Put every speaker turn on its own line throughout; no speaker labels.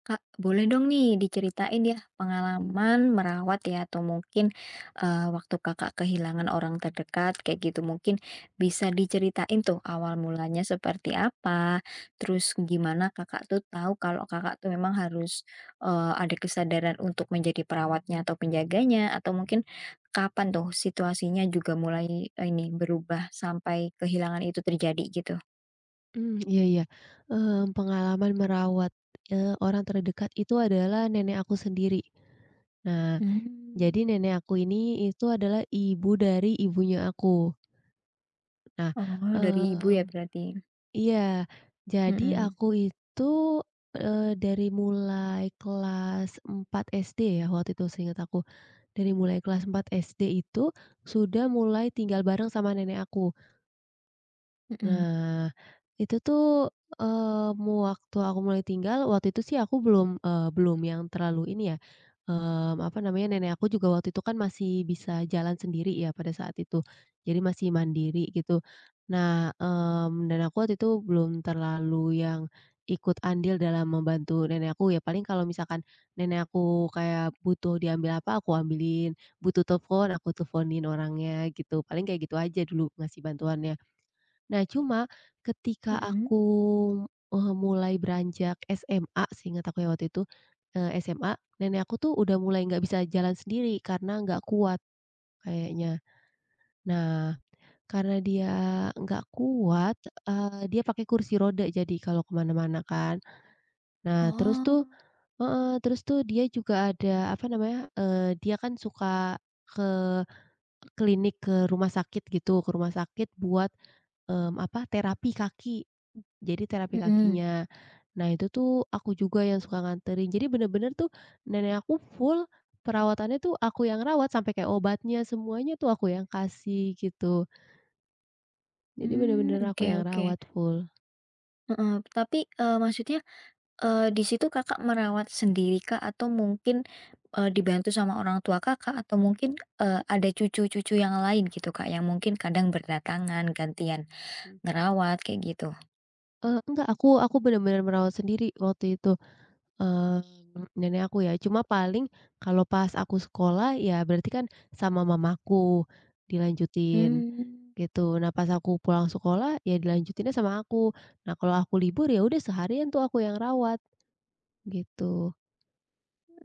Kak, boleh dong nih diceritain ya pengalaman merawat ya atau mungkin, waktu Kakak kehilangan orang terdekat kayak gitu mungkin bisa diceritain tuh awal mulanya seperti apa, terus gimana Kakak tuh tahu kalau Kakak tuh memang harus, ada kesadaran untuk menjadi perawatnya atau penjaganya atau mungkin kapan tuh situasinya juga mulai ini berubah sampai kehilangan itu terjadi gitu?
Iya, iya, pengalaman merawat, orang terdekat itu adalah nenek aku sendiri. Nah,
Mmm,
jadi nenek aku ini itu adalah ibu dari ibunya aku. Nah,
oh dari ibu ya
mmm,
berarti?
iya, jadi
Mhm.
aku itu, dari mulai kelas 4 SD ya waktu itu seingat aku, dari mulai kelas 4 SD itu sudah mulai tinggal bareng sama nenek aku.
Mhm.
Nah, itu tuh, eee, mu waktu aku mulai tinggal, waktu itu sih aku belum yang terlalu ini ya, apa namanya, nenek aku juga waktu itu kan masih bisa jalan sendiri ya pada saat itu, jadi masih mandiri gitu. Nah, dan aku waktu itu belum terlalu yang ikut andil dalam membantu nenek aku ya, paling kalau misalkan nenek aku kayak butuh diambil apa, aku ambilin, butuh telepon, aku teleponin orangnya gitu, paling kayak gitu aja dulu ngasih bantuannya. Nah, cuma ketika
Mhm.
aku, mulai beranjak SMA seingat aku ya waktu itu, SMA, nenek aku tuh udah mulai nggak bisa jalan sendiri karena nggak kuat kayaknya. Nah, karena dia nggak kuat, dia pakai kursi roda jadi kalau kemana mana kan. Nah, terus tuh
Oh.
dia juga ada apa namanya, dia kan suka ke klinik, ke rumah sakit gitu, ke rumah sakit buat terapi kaki. Jadi terapi
Mhm.
kakinya. Nah itu tuh aku juga yang suka nganterin. Jadi bener-bener tuh nenek aku full perawatannya tuh aku yang rawat sampai kayak obatnya semuanya tuh aku yang kasih gitu. Jadi
Mmm,
bener-bener aku
oke,
yang
oke,
rawat full.
heeh. Tapi, maksudnya, di situ Kakak merawat sendiri kah? Atau mungkin, dibantu sama orang tua Kakak? Atau mungkin, ada cucu-cucu yang lain gitu, Kak, yang mungkin kadang berdatangan gantian
Mmm.
ngerawat kayak gitu?
Enggak, aku benar-benar merawat sendiri waktu itu, mmm, nenek aku ya. Cuma paling kalau pas aku sekolah ya berarti kan sama mamaku dilanjutin.
Mmm.
Gitu. Nah, pas aku pulang sekolah, ya dilanjutinnya sama aku. Nah, kalau aku libur, ya udah seharian tuh aku yang rawat, gitu.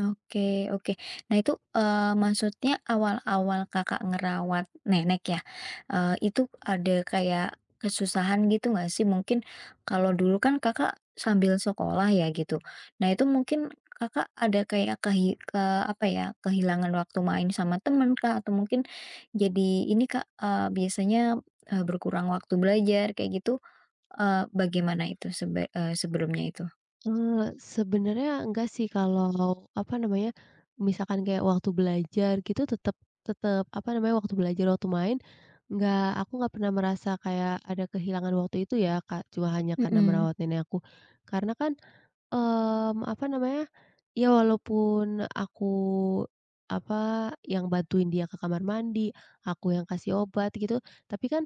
Oke, oke. Nah itu, maksudnya awal-awal Kakak ngerawat nenek ya, itu ada kayak kesusahan gitu nggak sih? Mungkin kalau dulu kan Kakak sambil sekolah ya gitu. Nah itu mungkin Kakak ada kayak kehi ke apa ya, kehilangan waktu main sama temen kah? Atau mungkin jadi ini Kak, biasanya, berkurang waktu belajar kayak gitu, bagaimana itu sebelumnya itu?
Sebenarnya enggak sih kalau, apa namanya, misalkan kayak waktu belajar gitu tetap tetap apa namanya, waktu belajar, waktu main, enggak aku enggak pernah merasa kayak ada kehilangan waktu itu ya, Kak, cuma hanya karena
Mhm
merawat nenek aku. Karena kan apa namanya, ya walaupun aku, apa, yang bantuin dia ke kamar mandi, aku yang kasih obat gitu, tapi kan,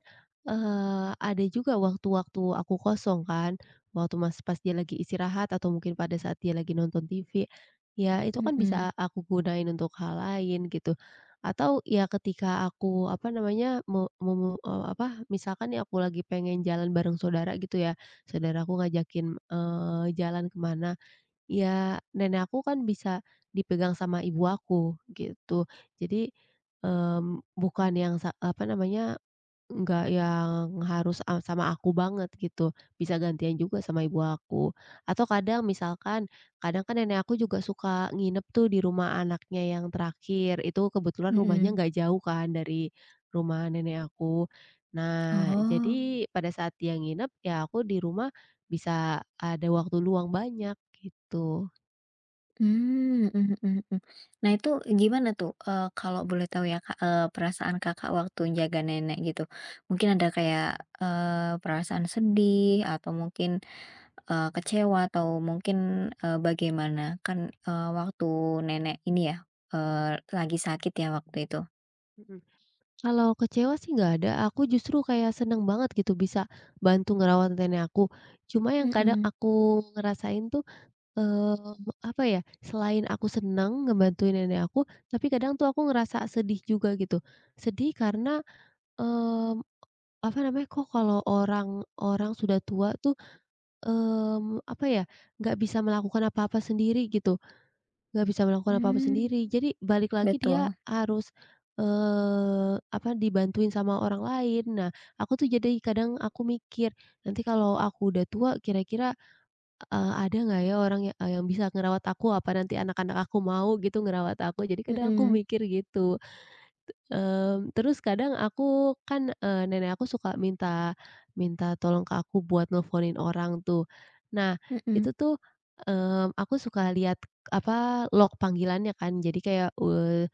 ada juga waktu-waktu aku kosong kan, waktu pas dia lagi istirahat atau mungkin pada saat dia lagi nonton TV, ya itu kan
mhm
bisa aku gunain untuk hal lain gitu. Atau ya ketika aku, apa namanya, me memu eee, apa, misalkan nih aku lagi pengen jalan bareng saudara gitu ya, saudara aku ngajakin, jalan kemana, ya nenek aku kan bisa dipegang sama ibu aku gitu. Jadi, bukan yang apa namanya, nggak yang harus, sama aku banget gitu, bisa gantian juga sama ibu aku. Atau kadang misalkan, kadang kan nenek aku juga suka nginep tuh di rumah anaknya yang terakhir, itu kebetulan rumahnya
mhm.
nggak jauh kan dari rumah nenek aku. Nah,
Oh.
jadi pada saat dia nginep, ya aku di rumah bisa ada waktu luang banyak, gitu.
Mmm, mhm mhm mhm. Nah itu gimana tuh, kalau boleh tahu ya, Kak, perasaan Kakak waktu jaga nenek gitu? Mungkin ada kayak, perasaan sedih atau mungkin, kecewa atau mungkin, bagaimana? Kan, waktu nenek ini ya, lagi sakit ya waktu itu?
Kalau kecewa sih nggak ada, aku justru kayak seneng banget gitu bisa bantu ngerawat nenek aku. Cuma yang kadang
Mhm,
aku ngerasain tuh, eee, apa ya, selain aku seneng ngebantuin nenek aku, tapi kadang tuh aku ngerasa sedih juga gitu. Sedih karena, mmm, apa namanya, kok kalau orang-orang sudah tua tuh, apa ya, nggak bisa melakukan apa-apa sendiri gitu. Nggak bisa melakukan apa-apa
mmm,
sendiri. Jadi balik lagi dia
betul,
harus, dibantuin sama orang lain. Nah, aku tuh jadi kadang aku mikir, nanti kalau aku udah tua kira-kira, ada nggak ya orang yang bisa ngerawat aku? Apa nanti anak-anak aku mau gitu ngerawat aku? Jadi kadang aku
mhm
mikir gitu. Terus kadang aku kan, nenek aku suka minta minta tolong ke aku buat nelponin orang tuh. Nah,
mhm.
itu tuh, aku suka lihat, log panggilannya kan. Jadi kayak,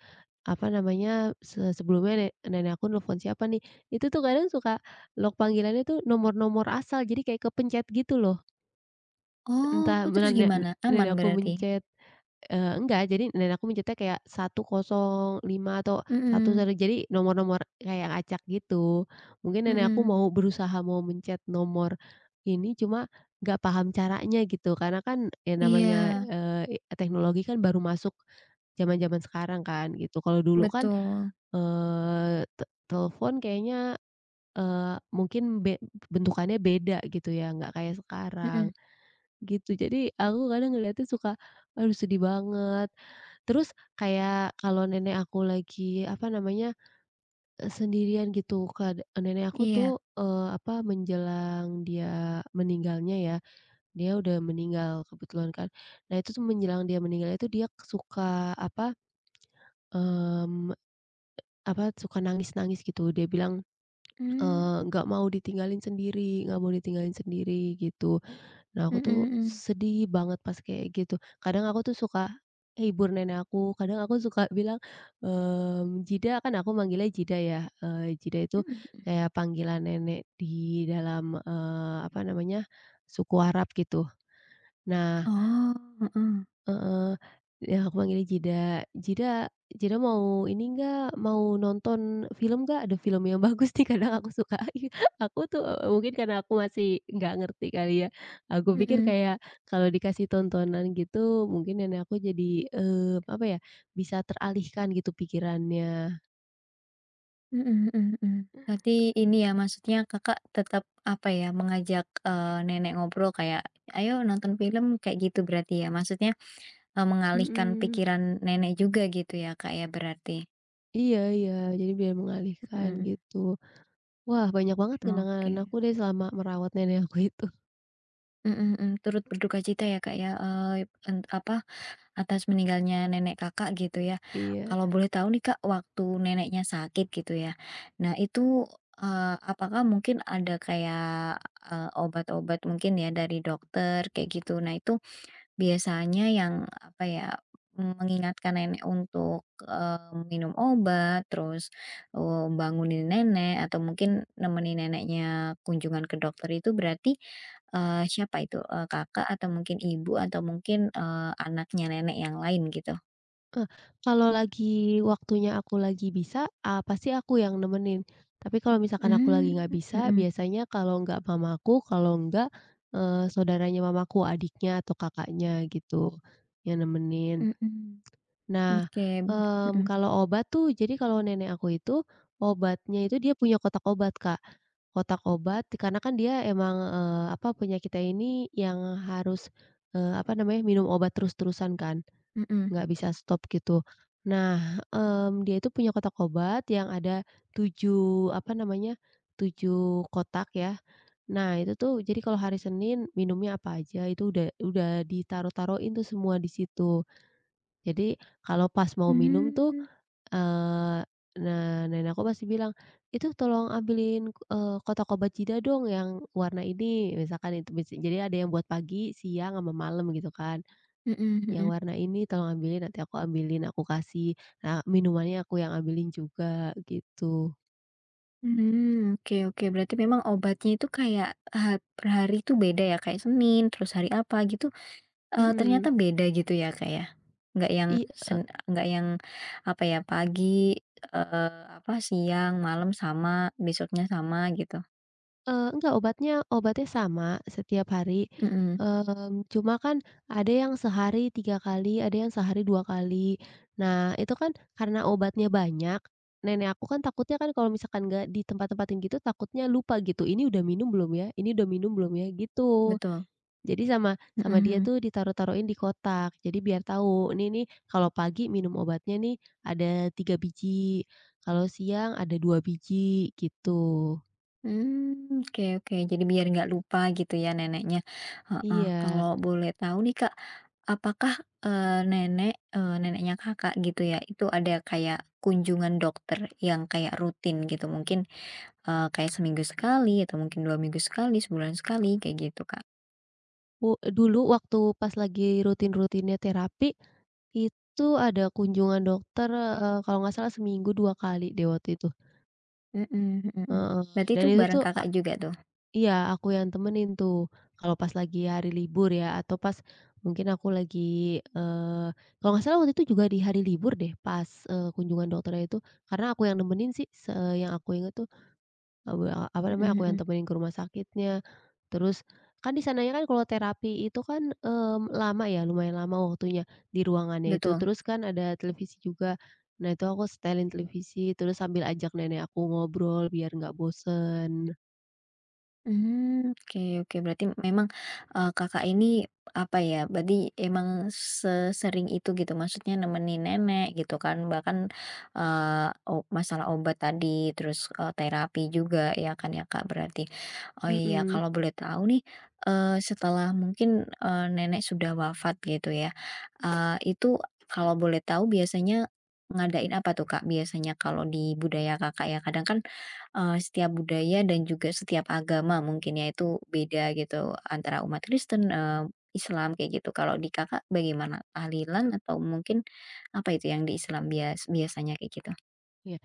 apa namanya, sebelumnya nenek aku nelfon siapa nih, itu tuh kadang suka log panggilannya tuh nomor-nomor asal, jadi kayak kepencet gitu loh.
Oh,
Entah
terus
benar
gimana? Aman
nenek aku
berarti?
mencet. Enggak, jadi dan aku mencetnya kayak satu kosong lima atau satu
Mhm
satu jadi nomor-nomor kayak acak gitu. Mungkin nenek aku
mhm,
mau berusaha mau mencet nomor ini, cuma nggak paham caranya gitu, karena kan ya namanya,
iya,
eee, i teknologi kan baru masuk zaman-zaman sekarang kan gitu. Kalau dulu kan,
betul,
eee, te telepon kayaknya, mungkin bentukannya beda gitu ya, nggak kayak sekarang.
mhm.
Gitu, jadi aku kadang ngeliatnya suka, aduh sedih banget. Terus kayak kalau nenek aku lagi, apa namanya, sendirian gitu, nenek aku tuh,
Iya,
menjelang dia meninggalnya ya, dia udah meninggal kebetulan kan. Nah itu tuh menjelang dia meninggal itu dia suka, apa, mmm, apa, suka nangis-nangis gitu. Dia bilang,
mmm,
nggak mau ditinggalin sendiri, nggak mau ditinggalin sendiri gitu. Nah, aku
mhm
tuh
mhm,
sedih banget pas kayak gitu. Kadang aku tuh suka hibur nenek aku, kadang aku suka bilang, Jida kan aku manggilnya Jida ya, Jida itu
mhm,
kayak panggilan nenek di dalam, apa namanya, suku Arab gitu. Nah.
oh, heeh,
Heeh, ya aku manggilnya Jida, "Jida, Jida mau ini enggak, mau nonton film enggak? Ada film yang bagus nih," kadang aku suka aku tuh, mungkin karena aku masih nggak ngerti kali ya, aku pikir
mhm,
kayak kalau dikasih tontonan gitu mungkin nenek aku jadi, apa ya, bisa teralihkan gitu pikirannya.
mhm mhm mhm. Berarti ini ya maksudnya Kakak tetap apa ya, mengajak, nenek ngobrol kayak, "Ayo nonton film," kayak gitu berarti ya? Maksudnya, mengalihkan
Mhm,
pikiran nenek juga gitu ya Kak ya berarti?
iya, iya, jadi biar mengalihkan
Mhm,
gitu. Wah, banyak banget kenangan
oke.
aku deh selama merawat nenek aku itu,
Mhm mhm, turut berduka cita ya, Kak, ya, eee, en apa, atas meninggalnya nenek Kakak gitu ya.
iya.
Kalau boleh tahu nih, Kak, waktu neneknya sakit gitu ya. Nah itu, apakah mungkin ada kayak, obat-obat mungkin ya dari dokter kayak gitu. Nah itu biasanya yang, apa ya, mmm, mengingatkan nenek untuk, minum obat, terus, bangunin nenek atau mungkin nemenin neneknya kunjungan ke dokter itu berarti, siapa itu? Kakak atau mungkin ibu atau mungkin, anaknya nenek yang lain gitu?
Eee, Kalau lagi waktunya aku lagi bisa, pasti aku yang nemenin. Tapi kalau misalkan aku
Mmm,
lagi nggak bisa,
mhm
biasanya kalau nggak mamaku, kalau nggak, saudaranya mamaku, adiknya atau kakaknya gitu, yang nemenin.
mhm,
Nah,
oke, mhm
kalau obat tuh, jadi kalau nenek aku itu, obatnya itu dia punya kotak obat, Kak. Kotak obat, karena kan dia emang, punya kita ini yang harus, apa namanya, minum obat terus-terusan kan.
mhm,
Nggak bisa stop gitu. Nah, dia itu punya kotak obat yang ada 7 apa namanya, 7 kotak ya. Nah, itu tuh jadi kalau hari Senin minumnya apa aja itu udah ditaruh-taruhin tuh semua di situ. Jadi kalau pas mau minum tuh,
mmm,
eee, nah nenek aku pasti bilang, "Itu tolong ambilin, kotak obat Jida dong yang warna ini." Misalkan itu jadi ada yang buat pagi, siang, sama malam gitu kan.
mhm
Yang
mhm.
warna ini tolong ambilin, nanti aku ambilin, aku kasih, minumannya aku yang ambilin juga, gitu.
Hmm, oke, oke. Berarti memang obatnya itu kayak ha per hari itu beda ya, kayak Senin, terus hari apa gitu,
Mhm.
ternyata beda gitu ya, kayak Nggak yang
I e
sen nggak yang apa ya, pagi, apa, siang, malam sama, besoknya sama gitu.
enggak, obatnya obatnya sama setiap hari,
Mhm,
cuma kan ada yang sehari 3 kali, ada yang sehari 2 kali. Nah, itu kan karena obatnya banyak, nenek aku kan takutnya kan kalau misalkan nggak tempat tempatin gitu, takutnya lupa gitu, "Ini udah minum belum ya? Ini udah minum belum ya?" Gitu.
betul.
Jadi sama
Mhm
sama dia
mhm.
tuh ditaruh-taruhin di kotak. Jadi biar tahu, ini nih kalau pagi minum obatnya nih ada 3 biji, kalau siang ada 2 biji, gitu.
Hmm, oke, oke. Jadi biar nggak lupa gitu ya neneknya. Heeh.
Iya.
Kalau boleh tahu nih, Kak, apakah, nenek, neneknya Kakak gitu ya, itu ada kayak kunjungan dokter yang kayak rutin gitu? Mungkin, kayak seminggu sekali atau mungkin 2 minggu sekali, sebulan sekali, kayak gitu, Kak?
Dulu waktu pas lagi rutin-rutinnya terapi, itu ada kunjungan dokter, kalau nggak salah seminggu 2 kali deh waktu itu.
Mhm mhm mhm.
Heeh,
Berarti
dan
itu
itu
bareng
tuh
Kakak juga tuh?
Iya, aku yang temenin tuh, kalau pas lagi hari libur ya, atau pas mungkin aku lagi, eee, kalau nggak salah waktu itu juga di hari libur deh, pas, kunjungan dokternya itu, karena aku yang nemenin sih, yang aku inget tuh, apa
Mhm
namanya, aku yang
mhm.
temenin ke rumah sakitnya. Terus, kan di sananya kan kalau terapi itu kan, lama ya, lumayan lama waktunya di ruangannya itu,
Betul.
terus kan ada televisi juga. Nah, itu aku setelin televisi, terus sambil ajak nenek aku ngobrol biar nggak bosen.
Hmm, oke, oke, berarti memang, Kakak ini, apa ya, berarti emang sesering itu gitu maksudnya nemenin nenek gitu kan bahkan, eee, o masalah obat tadi terus, terapi juga ya kan ya Kak berarti. Oh iya,
Mhm.
kalau boleh tahu nih, setelah mungkin, nenek sudah wafat gitu ya, itu kalau boleh tahu biasanya ngadain apa tuh Kak biasanya kalau di budaya Kakak ya? Kadang kan setiap budaya dan juga setiap agama mungkin ya itu beda gitu antara umat Kristen, Islam kayak gitu. Kalau di Kakak bagaimana? Tahlilan atau mungkin apa itu yang di Islam biasanya kayak gitu?
Iya.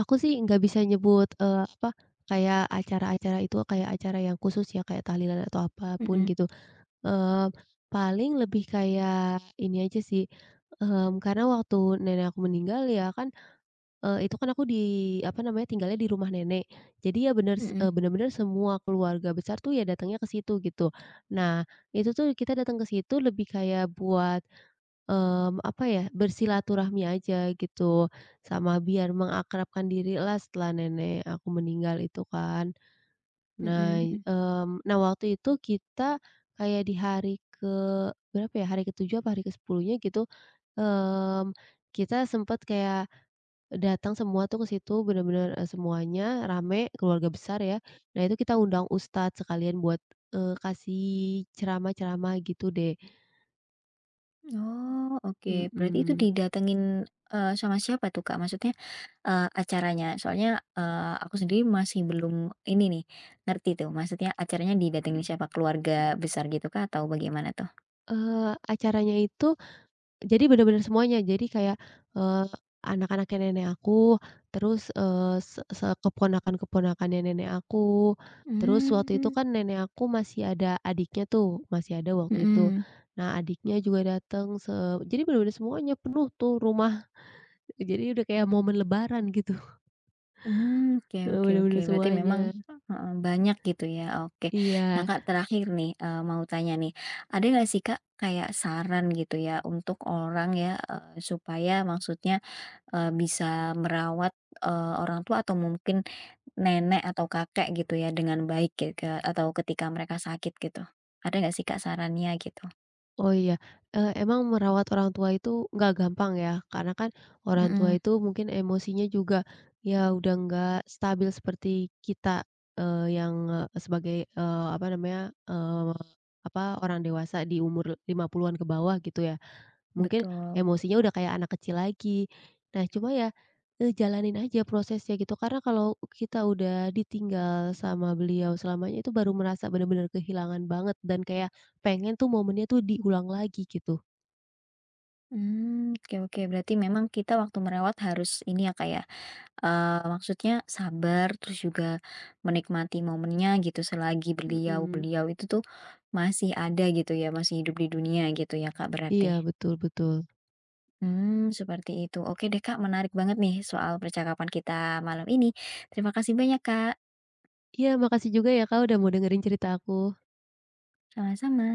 Aku sih nggak bisa nyebut, kayak acara-acara itu kayak acara yang khusus ya, kayak tahlilan atau apapun
Mhm
gitu. Eee, Paling lebih kayak ini aja sih, karena waktu nenek aku meninggal ya kan, itu kan aku di apa namanya, tinggalnya di rumah nenek. Jadi ya
mhm
bener-bener semua keluarga besar tuh ya datangnya ke situ gitu. Nah, itu tuh kita datang ke situ lebih kayak buat apa ya, bersilaturahmi aja gitu, sama biar mengakrabkan diri dirilah setelah nenek aku meninggal itu kan.
mhm
Nah,
mhm.
mmm, nah waktu itu kita kayak di hari ke berapa ya, hari ketujuh apa hari ke 10 gitu, mmm, kita sempet kayak datang semua tuh ke situ bener-bener, semuanya rame, keluarga besar ya. Nah itu kita undang ustadz sekalian buat, kasih ceramah-ceramah gitu deh,
Oh, oke. Berarti itu
mhm.
didatengin, sama siapa tuh, Kak? Maksudnya, acaranya? Soalnya, aku sendiri masih belum ini nih, ngerti tuh maksudnya acaranya didatengin siapa? Keluarga besar gitu Kak atau bagaimana tuh?
Eee, acaranya itu Jadi bener-bener semuanya. Jadi kayak, eee, anak-anaknya nenek aku, terus, eee, se se keponakan-keponakannya nenek aku, terus waktu itu
Mmm,
kan nenek aku masih ada adiknya tuh, masih ada waktu itu.
mhm.
Nah, adiknya juga datang. Jadi bener-bener semuanya penuh tuh rumah. Jadi udah kayak momen lebaran gitu,
Hmm, oke, oke, oke.
bener-bener
Berarti memang
semuanya.
heeh, banyak gitu ya, oke. Nah,
Iya.
Kak, terakhir nih, mau tanya nih, ada nggak sih, Kak, kayak saran gitu ya untuk orang ya, supaya maksudnya, bisa merawat, orang tua atau mungkin nenek atau kakek gitu ya dengan baik gitu ke atau ketika mereka sakit gitu? Ada nggak sih, Kak, sarannya gitu?
Oh iya, emang merawat orang tua itu nggak gampang ya, karena kan orang tua
Mhm,
itu mungkin emosinya juga, ya udah nggak stabil seperti kita, yang, sebagai, apa namanya, orang dewasa di umur 50-an ke bawah gitu ya. Mungkin
betul.
emosinya udah kayak anak kecil lagi. Nah, cuma ya, jalanin aja prosesnya gitu, karena kalau kita udah ditinggal sama beliau selamanya, itu baru merasa bener-bener kehilangan banget dan kayak pengen tuh momennya tuh diulang lagi gitu.
Hmm, oke, oke. Berarti memang kita waktu merawat harus ini ya, Kak, ya maksudnya sabar, terus juga menikmati momennya gitu selagi beliau
Mhm.
beliau itu tuh masih ada gitu ya, masih hidup di dunia gitu ya, Kak, berarti?
Iya, betul, betul.
Hmm, seperti itu. Oke deh, Kak, menarik banget nih soal percakapan kita malam ini. Terima kasih banyak, Kak.
Iya, makasih juga ya Kak, udah mau dengerin cerita aku.
Sama-sama.